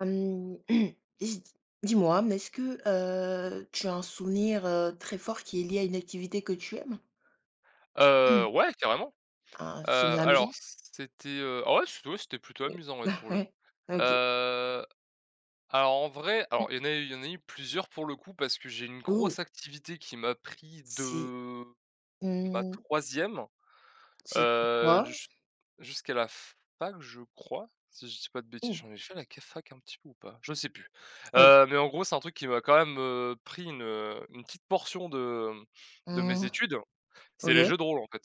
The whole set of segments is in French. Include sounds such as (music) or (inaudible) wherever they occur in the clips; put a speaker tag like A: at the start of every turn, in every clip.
A: Hem, (clears throat) dis dis-moi, mais est-ce que, tu as un souvenir, très fort qui est lié à une activité que tu aimes? Mmh.
B: Ouais, carrément.
A: Un
B: Heu,
A: souvenir
B: alors
A: amusant?
B: c'était, ah ouais, c ouais, c'était plutôt
A: Heu,
B: amusant, ouais,
A: (laughs)
B: pour le coup.
A: ouais, OK.
B: Heu, alors en vrai,
A: Mmh.
B: alors il y en a eu plusieurs pour le coup parce que j'ai une
A: Oh,
B: grosse activité qui m'a pris
A: c'est
B: de ma
A: mmh,
B: troisième
A: c'était
B: e
A: quoi?
B: jus jusqu'à la fac, je crois, si je dis pas de bêtises.
A: Oh,
B: J'en ai fait la fac un petit peu ou pas? Je sais plus.
A: ah oui,
B: Mais en gros, c'est un truc qui m'a quand même, pris une petite portion de mes
A: mmh,
B: études. C'est les
A: OK.
B: jeux de rôle, en fait.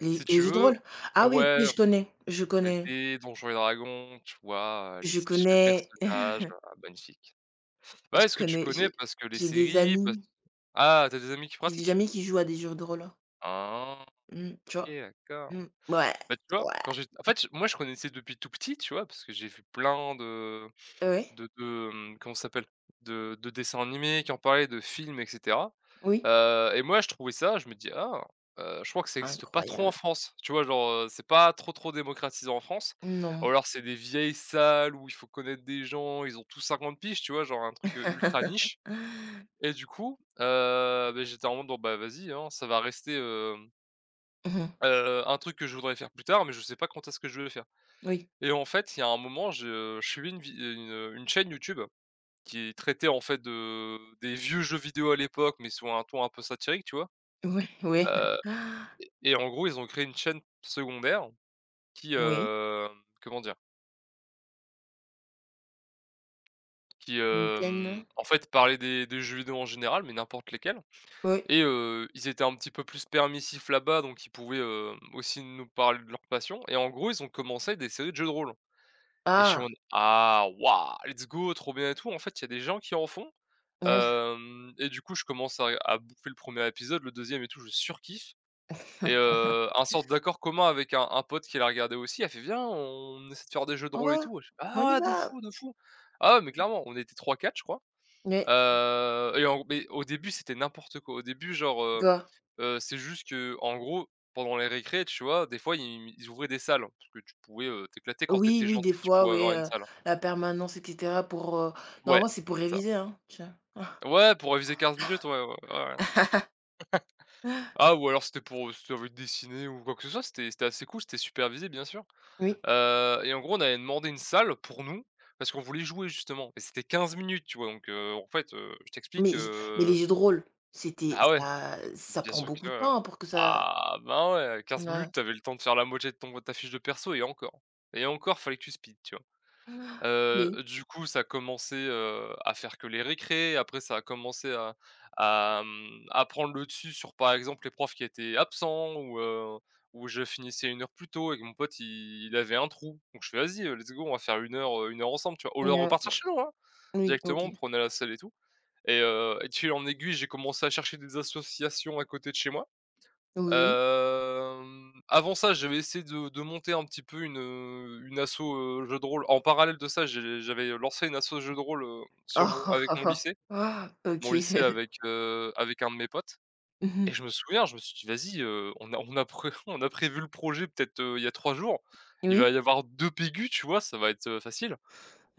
A: Les
B: Si
A: les
B: tu
A: jeux de
B: veux
A: rôle? Ah oui,
B: ouais.
A: OK, je connais, je
B: Les
A: connais,
B: dés, Donjons et Dragons, tu vois? Les
A: je
B: petites fiches de
A: connais, (laughs)
B: personnages, ah magnifique.
A: je
B: Ouais, est-ce que tu
A: connais,
B: connais parce que les
A: j'ai des
B: séries, parce
A: amis
B: ah, tu as des amis qui
A: j'ai des
B: pratiquent?
A: amis qui jouent à des jeux de rôle. Hein.
B: Ah,
A: Mmh, tu
B: OK,
A: vois?
B: d'accord.
A: Mmh, ouais,
B: Bah, tu vois?
A: ouais,
B: Quand j'ai En fait, moi je connaissais depuis tout petit, tu vois? Parce que j'ai vu plein de.
A: ouais,
B: Comment ça s'appelle? De Dessins animés qui en parlaient, de films et cetera,
A: oui,
B: et moi je trouvais ça, je me dis: «Ah, je crois que ça n'existe pas trop en
A: incroyable.
B: France». Tu vois? Genre, c'est pas trop, trop démocratisé en France ou
A: Non.
B: alors c'est des vieilles salles où il faut connaître des gens, ils ont tous 50 piges, tu vois? Genre un truc, ultra niche
A: (laughs)
B: et du coup, j'étais en mode: «Bon, bah, vas-y, hein, ça va rester,
A: Mmh mh.
B: un truc que je voudrais faire plus tard, mais je sais pas quand est-ce que je vais le faire»
A: Oui.
B: et en fait, il y a un moment, je suivais une chaîne YouTube qui traitait en fait de des vieux jeux vidéo à l'époque, mais sous un ton un peu satirique, tu vois?
A: Oui, oui.
B: Heu
A: (gasps) Ah,
B: et en gros, ils ont créé une chaîne secondaire qui,
A: oui.
B: comment dire? Qui,
A: Une pleine lune?
B: en fait parlait des jeux vidéo en général, mais n'importe lesquels
A: Oui.
B: et ils étaient un petit peu plus permissifs là-bas, donc ils pouvaient, aussi nous parler de leur passion et en gros, ils ont commencé des séries de jeux de rôle et je suis en
A: Ah!
B: mode: «Ah waouh, let's go, trop bien et tout». En fait, il y a des gens qui en font.
A: Ouais.
B: Hem Et du coup, je commence à bouffer le premier épisode, le deuxième et tout, je surkiffe et un sorte d'accord commun avec un pote qui l'a regardé aussi, a fait: «Viens, on essaie de faire des jeux de
A: On
B: rôle
A: va,
B: et tout». Je fais:
A: on
B: «Ah
A: y
B: ouais, de
A: va!
B: fou, de fou». Ah ouais, mais clairement, on était trois quatre, je crois,
A: Ouais,
B: et en mais au début, c'était n'importe quoi. Au début,
A: d'accord.
B: c'est juste que, en gros, pendant les récrés, tu vois, des fois, ils ouvraient des salles parce que tu pouvais, t'éclater quand
A: Oui,
B: t'étais
A: oui, des
B: gentil, tu
A: fois,
B: pouvais
A: oui,
B: avoir une salle.
A: la permanence et cetera pour,
B: Ouais,
A: normalement, c'est pour
B: c'est ça.
A: réviser, hein, tu vois?
B: Ouais, pour réviser 15 minutes, ouais, ouais, ouais, ouais.
A: (laughs)
B: Ah ou alors c'était pour, si tu avais dessiner ou quoi que ce soit, c'était assez cool, c'était supervisé bien sûr,
A: Oui,
B: et en gros, on avait demandé une salle pour nous, parce qu'on voulait jouer justement et c'était 15 minutes, tu vois? Donc en fait, je t'explique,
A: mais j mais les jeux de rôle, c'était
B: bah ouais,
A: ça
B: bien
A: prend
B: sûr que,
A: beaucoup de temps pour que ça.
B: ah ben ouais, 15 minutes,
A: Ouais,
B: t'avais le temps de faire la moitié de ton de ta fiche de perso et encore, fallait que tu speed, tu vois?
A: oui,
B: Du coup, ça commençait, à faire que les récrés. Après, ça a commencé à prendre le dessus sur, par exemple, les profs qui étaient absents ou je finissais 1 heure plus tôt et que mon pote, il avait un trou. Donc je fais: «Vas-y, let's go, on va faire 1 heure ensemble», tu vois? Au lieu de repartir
A: ouais,
B: chez nous, hein,
A: oui,
B: directement, on
A: OK.
B: prenait la salle et tout. Et de fil en aiguille, j'ai commencé à chercher des associations à côté de chez moi.
A: Oui.
B: Avant ça, j'avais essayé de monter un petit peu une asso, jeux de rôle. En parallèle de ça, j'avais lancé une asso jeu de rôle,
A: (laughs)
B: sur
A: Ah.
B: mon
A: Ah.
B: avec
A: Ah,
B: mon
A: ah.
B: lycée.
A: Ah, OK.
B: Mon lycée avec un de mes potes et
A: (laughs)
B: je me souviens, je me suis dit: «Vas-y, on a pré (laughs) on a prévu le projet peut-être, il y a 3 jours. Il va
A: Oui.
B: y avoir 2 pégus, tu vois? Ça va être, facile».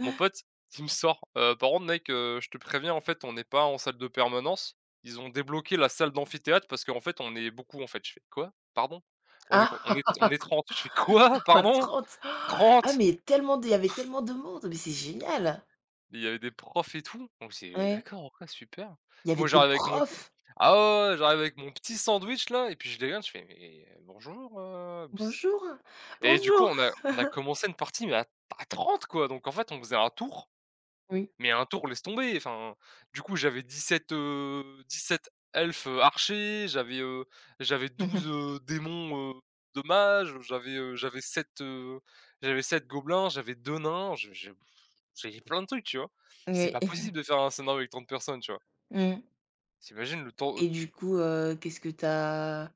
B: Mon pote, il me sort: Par contre mec, je te préviens en fait on n'est pas en salle de permanence. Ils ont débloqué la salle d'amphithéâtre parce qu'en fait on est beaucoup en fait». Je fais: «Quoi? Pardon? On est com
A: Ah!
B: on est 30. Je fais: «Quoi?
A: (laughs)
B: Pardon?
A: 30. Ah,
B: 30.
A: mais tellement de il y avait tellement de monde, mais c'est génial!
B: Il y avait des profs et tout. Donc c'est
A: Ouais.
B: d'accord, OK, super.
A: Il y avait
B: Moi
A: des
B: j'arrive avec mon
A: profs.
B: Ah ouais, ouais, ouais, j'arrive avec mon petit sandwich là et puis je les regarde, je fais: «Mais bonjour, ps»
A: «Bonjour,
B: et du coup
A: bonjour».
B: on a commencé une partie mais à 30 quoi, donc en fait on faisait un tour.
A: Oui.
B: Mais un tour, laisse tomber, enfin, du coup, j'avais 17 elfes, archers, j'avais
A: (laughs)
B: 12,
A: Mmh.
B: démons, de mages, j'avais j'avais 7 gobelins, j'avais 2 nains, je j'avais plein de trucs, tu vois? C'est
A: Oui.
B: pas possible de faire un scénario avec 30 personnes, tu vois?
A: Mmh.
B: Tu le temps
A: Et du coup, qu'est-ce que t'as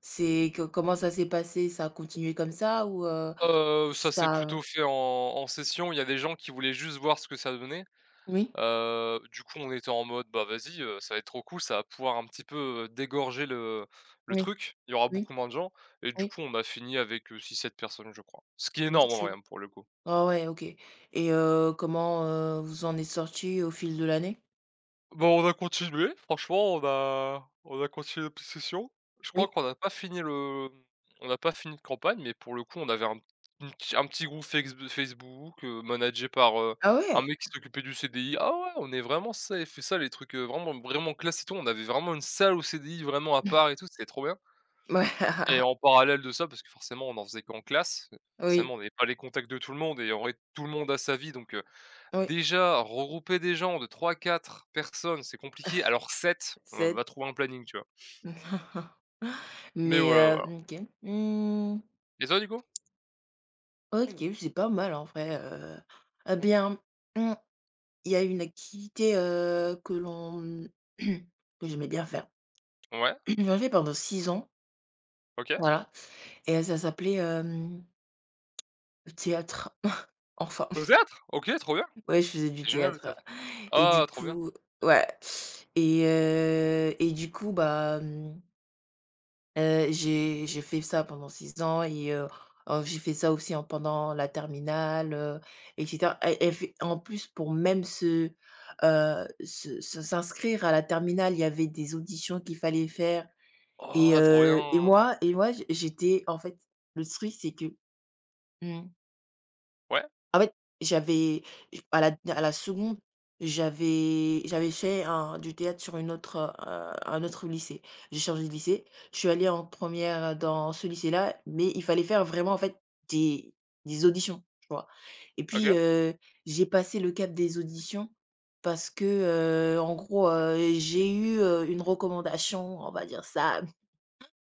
A: c'est co comment ça s'est passé? Ça a continué comme ça ou
B: Ça s'est
A: ça
B: plutôt fait en session, il y a des gens qui voulaient juste voir ce que ça donnait.
A: oui?
B: Du coup, on était en mode: «Bah, vas-y, ça va être trop cool, ça va pouvoir un petit peu, dégorger le
A: Oui,
B: truc, il y aura
A: oui,
B: beaucoup moins de gens» et du
A: oui.
B: coup, on a fini avec, 6-7 personnes, je crois. Ce qui est énorme en vrai,
A: Objection.
B: hein, pour le coup.
A: Ah ouais, OK. Et comment, vous en êtes sorti au fil de l'année?
B: Bon, on a continué, franchement, on a continué nos petites sessions. Je crois
A: Oui.
B: qu'on n'a pas fini le on n'a pas fini de campagne, mais pour le coup, on avait un petit groupe Fex Facebook, managé par,
A: Ah
B: un
A: ouais?
B: mec qui s'occupait du CDI. Ah ouais, on est vraiment ça et fait ça les trucs, vraiment vraiment classe et tout. On avait vraiment une salle au CDI vraiment à part et tout, c'était trop bien et
A: (laughs)
B: en parallèle de ça, parce que forcément on en faisait qu'en classe,
A: Ouais.
B: forcément
A: Oui,
B: on n'avait pas les contacts de tout le monde et en vrai tout le monde a sa vie donc
A: oui.
B: déjà, regrouper des gens de trois quatre personnes, c'est compliqué, alors 7 on
A: C'est
B: va trouver un planning, tu vois?
A: (laughs)
B: Mais voilà, voilà.
A: OK. Mmh,
B: Et toi, du coup?
A: OK, c'est pas mal en vrai, eh bien, mmh, il y a une activité, que l'on (clears throat) que j'aimais bien faire.
B: Ouais,
A: (clears throat) J'en ai fait pendant 6 ans,
B: OK.
A: voilà, et ça s'appelait, le théâtre. (laughs) Enfin,
B: Au théâtre? OK, trop bien.
A: ouais, je faisais du
B: C'est génial le
A: théâtre
B: théâtre.
A: et du
B: Ah, trop bien.
A: coup ouais et du coup, bah, mmh. J'ai fait ça pendant 6 ans et j'ai fait ça aussi en pendant la terminale, et cetera et fait en plus, pour même se, se s'inscrire à la terminale, il y avait des auditions qu'il fallait faire
B: Oh, trop
A: et
B: bien.
A: moi, j'étais en fait, le truc, c'est que mmh.
B: Ouais,
A: En fait, j'avais à la seconde, j'avais fait un du théâtre sur un autre lycée. J'ai changé de lycée. Je suis allée en première dans ce lycée-là, mais il fallait faire vraiment, en fait, des des auditions, tu vois? Et puis,
B: OK.
A: j'ai passé le cap des auditions parce que, en gros, j'ai eu, une recommandation, on va dire ça,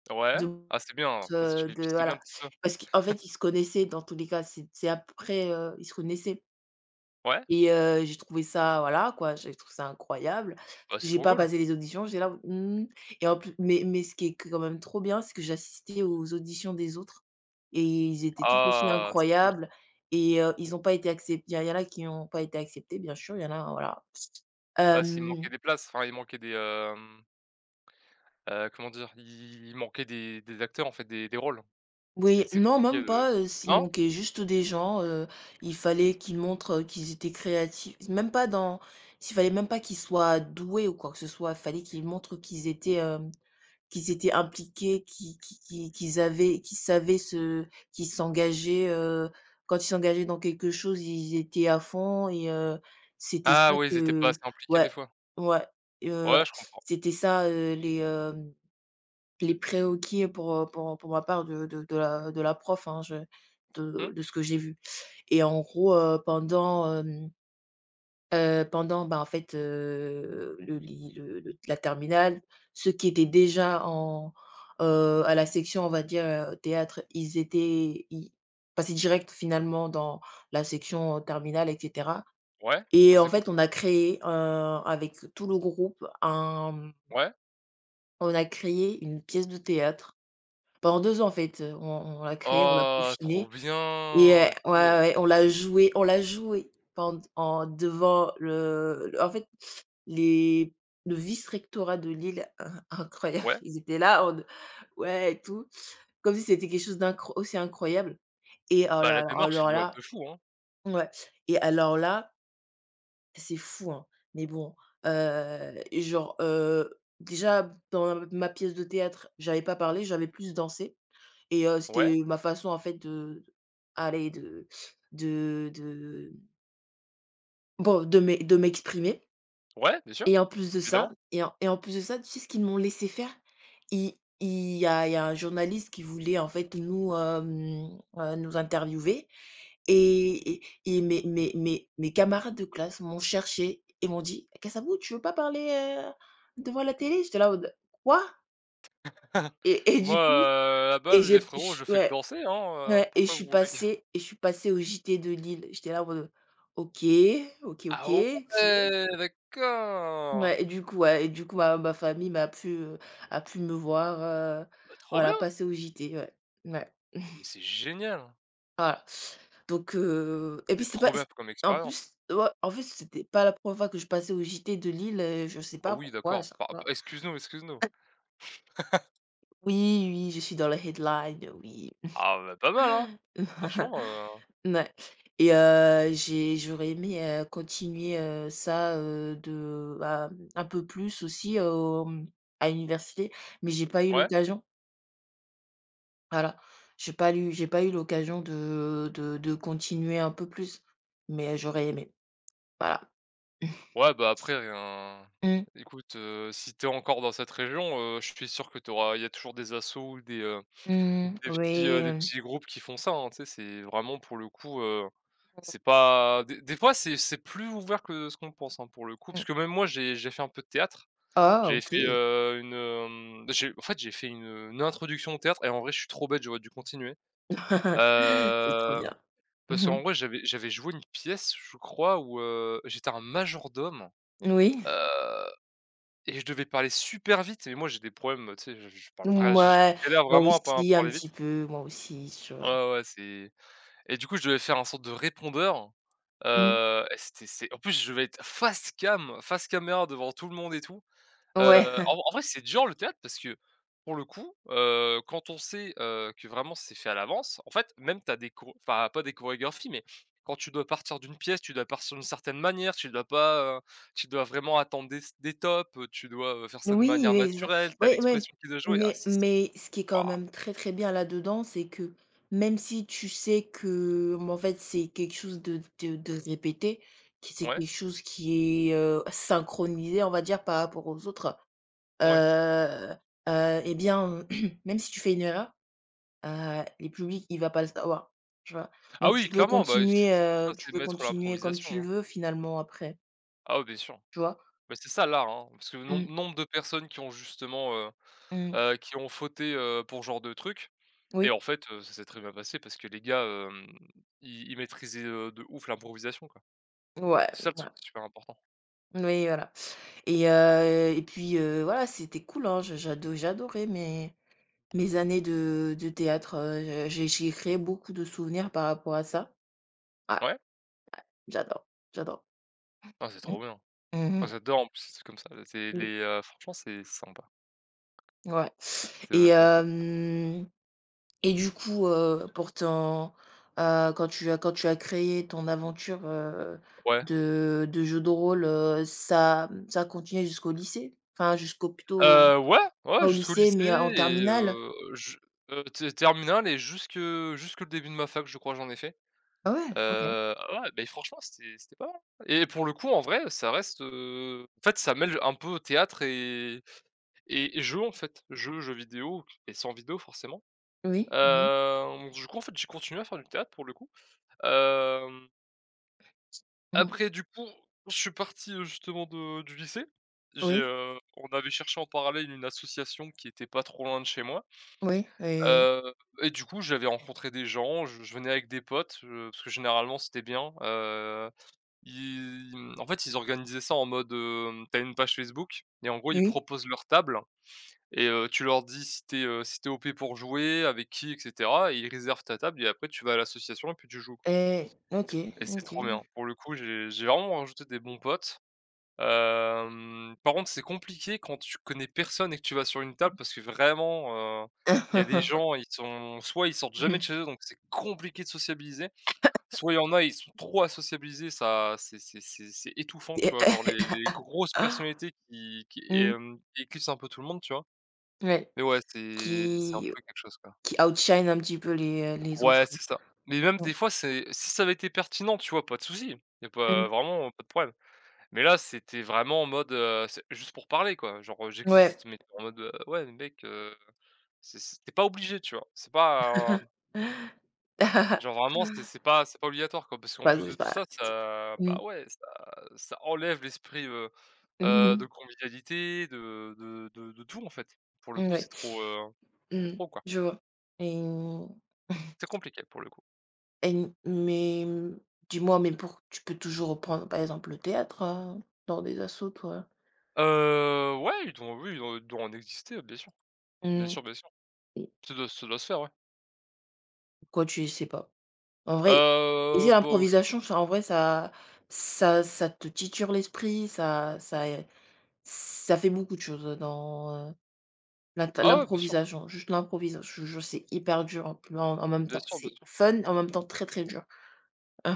A: (laughs)
B: Ouais.
A: de
B: Ah, c'est bien, ça, si tu
A: euh,
B: fais
A: de
B: pistonner un
A: voilà.
B: petit peu.
A: Parce qu'en fait, ils se connaissaient dans tous les cas. C'est après, ils se connaissaient.
B: Ouais.
A: Et j'ai trouvé ça voilà quoi, j'ai trouvé ça incroyable.
B: Bah, c'est
A: J'ai
B: trop
A: pas
B: cool.
A: passé les auditions, j'ai là: «Mmh». Et en plus, mais ce qui est quand même trop bien, c'est que j'assistais aux auditions des autres et ils étaient tout aussi
B: Ah, c'est cool ça.
A: incroyables et ils ont pas été acceptés, il y en a qui ont pas été acceptés, bien sûr, il y en a, voilà.
B: Ah, s'il manquait
A: Hem,
B: des places, enfin, il manquait des, comment dire? Il manquait des acteurs, en fait, des rôles.
A: oui,
B: C'est
A: non,
B: compliqué
A: même
B: de
A: pas, s'il
B: non?
A: manquait juste des gens, il fallait qu'ils montrent, qu'ils étaient créatifs. Même pas dans S'il fallait même pas qu'ils soient doués ou quoi que ce soit, il fallait qu'ils montrent qu'ils étaient impliqués, qui qu'ils avaient qui savaient se qui s'engageaient, quand ils s'engageaient dans quelque chose, ils étaient à fond et c'était
B: Ah
A: ça
B: ouais, ils étaient
A: que
B: pas assez impliqués
A: ouais,
B: des fois.
A: ouais, ouais,
B: Ouais, je comprends.
A: c'était ça, les, les prérequis pour, pour ma part de de la prof, hein, je
B: Mmh.
A: de ce que j'ai vu et en gros, pendant, hem Pendant, bah, en fait, le li le la terminale, ceux qui étaient déjà en, à la section, on va dire, théâtre, ils passaient direct finalement dans la section, terminale et cetera
B: Ouais, ça
A: et en
B: c'est cool
A: fait,
B: ça.
A: on a créé, avec tout le groupe, un
B: Ouais.
A: on a créé une pièce de théâtre. Pendant 2 ans, en fait, on l'a créée, on l'a
B: Oh, trop
A: peaufinée et
B: bien! Let's
A: ouais,
B: go.
A: ouais, on l'a jouée pend en devant le en fait les le vice-rectorat de Lille, in (laughs) incroyable,
B: Ouais.
A: ils étaient là en mode: «Ouais» et tout, comme si c'était quelque chose d'incro aussi incroyable et oh
B: Bah, la
A: là
B: démarche est
A: alors
B: louable
A: là
B: de fou, hein.
A: ouais et alors là, c'est fou, hein, mais bon, genre, déjà dans ma pièce de théâtre, j'avais pas parlé, j'avais plus dansé et
B: Ouais,
A: c'était ma façon en fait de aller de bon, de m'exprimer.
B: ouais, bien sûr, évidemment.
A: Et en plus de ça, tu sais ce qu'ils m'ont laissé faire? I il y a Il y a un journaliste qui voulait en fait nous interviewer et mes camarades de classe m'ont cherché et m'ont dit: «Eh, Kassabou, tu veux pas parler, devant la télé?» J'étais là en mode: «Quoi?»
B: (laughs)
A: Et
B: Moi,
A: du coup
B: à la
A: et
B: base, les
A: j'ai
B: frérots,
A: ch
B: je fais que
A: ouais,
B: danser, hein,
A: ouais, et je
B: pourquoi vous
A: suis
B: voulez que
A: passée
B: (laughs)
A: et je suis passée au JT de Lille. J'étais là en mode: «OK, OK, OK».
B: ah ouais, d'accord!
A: Ouais, et du coup, ouais, et du coup, ma famille a pu me voir,
B: Bah, trop
A: voilà,
B: bien!
A: passer au JT, ouais. Ouais. (laughs)
B: Mais c'est génial!
A: Voilà. Donc et puis
B: C'est
A: c'est pas
B: trop bien
A: c
B: comme
A: en
B: expérience.
A: plus ouais, en fait c'était pas la première fois que je passais au JT de Lille, je sais
B: Ah
A: pas
B: oui,
A: pourquoi à
B: d'accord.
A: chaque
B: Bah,
A: fois.
B: excuse nous, excuse nous.
A: Oui, oui, je suis dans la headline, oui.
B: Ah, bah, pas mal, hein?
A: (laughs)
B: Franchement,
A: Ouais, j'aurais aimé, continuer, ça, de, bah, un peu plus aussi, à l'université, mais j'ai pas eu
B: ouais.
A: l'occasion. Voilà, j'ai pas eu l'occasion de continuer un peu plus, mais j'aurais aimé. Voilà.
B: Ouais, bah, après rien
A: Mmh.
B: écoute, si t'es encore dans cette région, je suis sûr que t'auras. Il y a toujours des assos ou des,
A: Mmh. Mmh. Oui,
B: des
A: mmh.
B: petits groupes qui font ça, hein. Tu sais, c'est vraiment pour le coup, c'est pas des des fois, c'est plus ouvert que ce qu'on pense, hein, pour le coup.
A: Mmh.
B: Parce que même moi, j'ai fait un peu de théâtre.
A: Ah,
B: J'ai fait,
A: OK.
B: une, hem, j'ai en fait, j'ai fait une introduction au théâtre et en vrai, je suis trop bête, j'aurais dû continuer.
A: (laughs) C'est trop
B: Heu,
A: bien.
B: Parce
A: Mmh.
B: qu'en vrai, j'avais joué une pièce, je crois, où, j'étais un majordome.
A: Oui.
B: Et je devais parler super vite, mais moi j'ai des problèmes, tu sais, je
A: Mouais,
B: galère
A: moi
B: vraiment à pas à
A: aussi un
B: parler vite.
A: petit peu, moi aussi, tu
B: Ouais,
A: vois?
B: ouais, ouais, c'est et du coup, je devais faire un sorte de répondeur,
A: Mmh.
B: et c'est en plus, je devais être face cam, face caméra devant tout le monde et tout.
A: Ouais.
B: En vrai, c'est dur le théâtre parce que, pour le coup, quand on sait, que vraiment c'est fait à l'avance, en fait, même t'as des choro enfin, pas des chorégraphies, mais quand tu dois partir d'une pièce, tu dois partir d'une certaine manière, tu dois pas, tu dois vraiment attendre des tops, tu dois, faire ça de
A: Oui,
B: manière
A: oui, ça.
B: naturelle, t'as
A: Ouais, ouais,
B: l'expression qui doit jouer. Ah,
A: mais
B: c'est s
A: mais ce qui est quand
B: waouh!
A: même très, très bien là-dedans, c'est que même si tu sais que, bon, en fait, c'est quelque chose de répété, que c'est
B: Ouais,
A: quelque chose qui est, synchronisé, on va dire, par rapport aux autres, heu
B: ouais.
A: et bien, (clears throat) même si tu fais une erreur, le public, il va pas le savoir, tu vois?
B: Ah
A: Donc
B: oui,
A: tu peux
B: clairement, bah, ça
A: continuer,
B: ça ça,
A: heu, tu
B: c'est
A: peux
B: maître
A: continuer comme
B: l'improvisation,
A: tu le
B: hein.
A: veux, finalement, après,
B: Ah oui, bien sûr.
A: tu vois?
B: Mais c'est ça l'art, hein, parce que nombre
A: Mmh,
B: nombre de personnes qui ont justement,
A: mmh.
B: qui ont fauté, pour ce genre de truc. Et
A: Oui,
B: en fait, ça s'est très bien passé parce que les gars, ils maîtrisaient, de ouf l'improvisation, quoi.
A: ouais,
B: C'est ça le
A: ouais,
B: truc qui est super important.
A: oui, voilà. Et puis, voilà, c'était cool, hein, je j'ado j'adorais mes années de théâtre, j'ai créé beaucoup de souvenirs par rapport à ça. Ah,
B: Ouais?
A: j'adore, j'adore.
B: Ah, c'est
A: Mmh.
B: trop bien.
A: Mmh
B: Ah,
A: mh.
B: j'adore en plus c'est comme ça, c'est
A: Mmh.
B: les, franchement, c'est sympa,
A: Ouais,
B: c'est
A: et
B: vachement cool.
A: hem et du coup, pour ton quand tu as créé ton aventure,
B: Ouais.
A: de jeu de rôle, ça a continué jusqu'au lycée? Enfin, jusqu'au, plutôt
B: Heu, ouais, ouais,
A: pas au
B: jusqu'au
A: lycée,
B: lycée
A: mais en
B: et
A: terminale?
B: je té terminale et jusque le début de ma fac, je crois, j'en ai fait.
A: Ah ouais, OK.
B: Ah ouais, beh, franchement, c'était pas mal. Et pour le coup, en vrai, ça reste, en fait, ça mêle un peu théâtre et et jeux, en fait, jeux vidéo et sans vidéo forcément.
A: Oui. Mmh.
B: Du coup, en fait, j'ai continué à faire du théâtre pour le coup. Hem,
A: Mmh.
B: après du coup, je suis parti, justement de du lycée. J'ai,
A: Oui,
B: on avait cherché en parallèle une association qui était pas trop loin de chez moi,
A: oui, et
B: heu et du coup, j'avais rencontré des gens, je venais avec des potes, parce que généralement c'était bien, ils en fait, ils organisaient ça en mode, tu une page Facebook et en gros, ils
A: oui
B: proposent leur table. Et tu leur dis si t'es es, si t'es es OP pour jouer, avec qui, et cetera et ils réservent ta table et après tu vas à l'association et puis tu joues, quoi.
A: et OK,
B: Et c'est
A: OK.
B: trop bien. Pour le coup, j'ai vraiment rajouté des bons potes. Par contre, c'est compliqué quand tu connais personne et que tu vas sur une table parce que vraiment, il y a des
A: (laughs)
B: gens, ils sont soit ils sortent jamais de chez eux, donc c'est compliqué de sociabiliser, soit il y en a, ils sont trop à sociabiliser, ça c'est c'est étouffant, tu
A: Et
B: vois? Genre les grosses
A: ah,
B: personnalités qui,
A: mmh,
B: éclipsent un peu tout le monde, tu vois?
A: ouais,
B: Mais ouais, c'est un
A: qui
B: peu quelque chose, quoi.
A: qui outshine un petit peu les
B: Ouais,
A: autres.
B: c'est ça. Mais même
A: Mmh,
B: des fois, c'est si ça avait été pertinent, tu vois, pas de souci. Y a pas vraiment pas de problème. Mais là, c'était vraiment en mode, c'est juste pour parler, quoi. Genre,
A: mmh, ouais.
B: j'existe, mais en mode, «Ouais, mais mec, c'est tu pas obligé», tu vois? C'est pas, genre
A: (laughs)
B: vraiment, c'est pas obligatoire, quoi. Parce qu'en
A: Pas
B: plus de
A: gauche,
B: tout
A: pas
B: ça, bah,
A: mmh,
B: ouais, ça enlève l'esprit, de
A: mmh
B: convivialité, de tout, en fait. Pour le
A: mmh,
B: coup,
A: ouais.
B: c'est
A: Mmh,
B: trop, quoi.
A: je vois. Et
B: C'est
A: (laughs)
B: compliqué, pour le coup.
A: mais dis-moi, mais pour tu peux toujours reprendre, par exemple, le théâtre, dans des assos, toi?
B: Ouais, ils doivent oui, ils doivent en exister, bien sûr. Bien
A: Mmh,
B: sûr, bien sûr. Ça doit se faire, ouais.
A: pourquoi tu sais pas? En vrai. Et c'est
B: Je
A: l'improvisation, ça en vrai, ça ça te titure l'esprit, ça ça fait beaucoup de choses, dans,
B: ah ouais, bien sûr,
A: l'improvisation, juste l'improvisation. Je te C'est hyper dur en en même
B: bien
A: temps.
B: sûr, bien
A: C'est
B: sûr.
A: fun, en même temps très, très dur. Ah.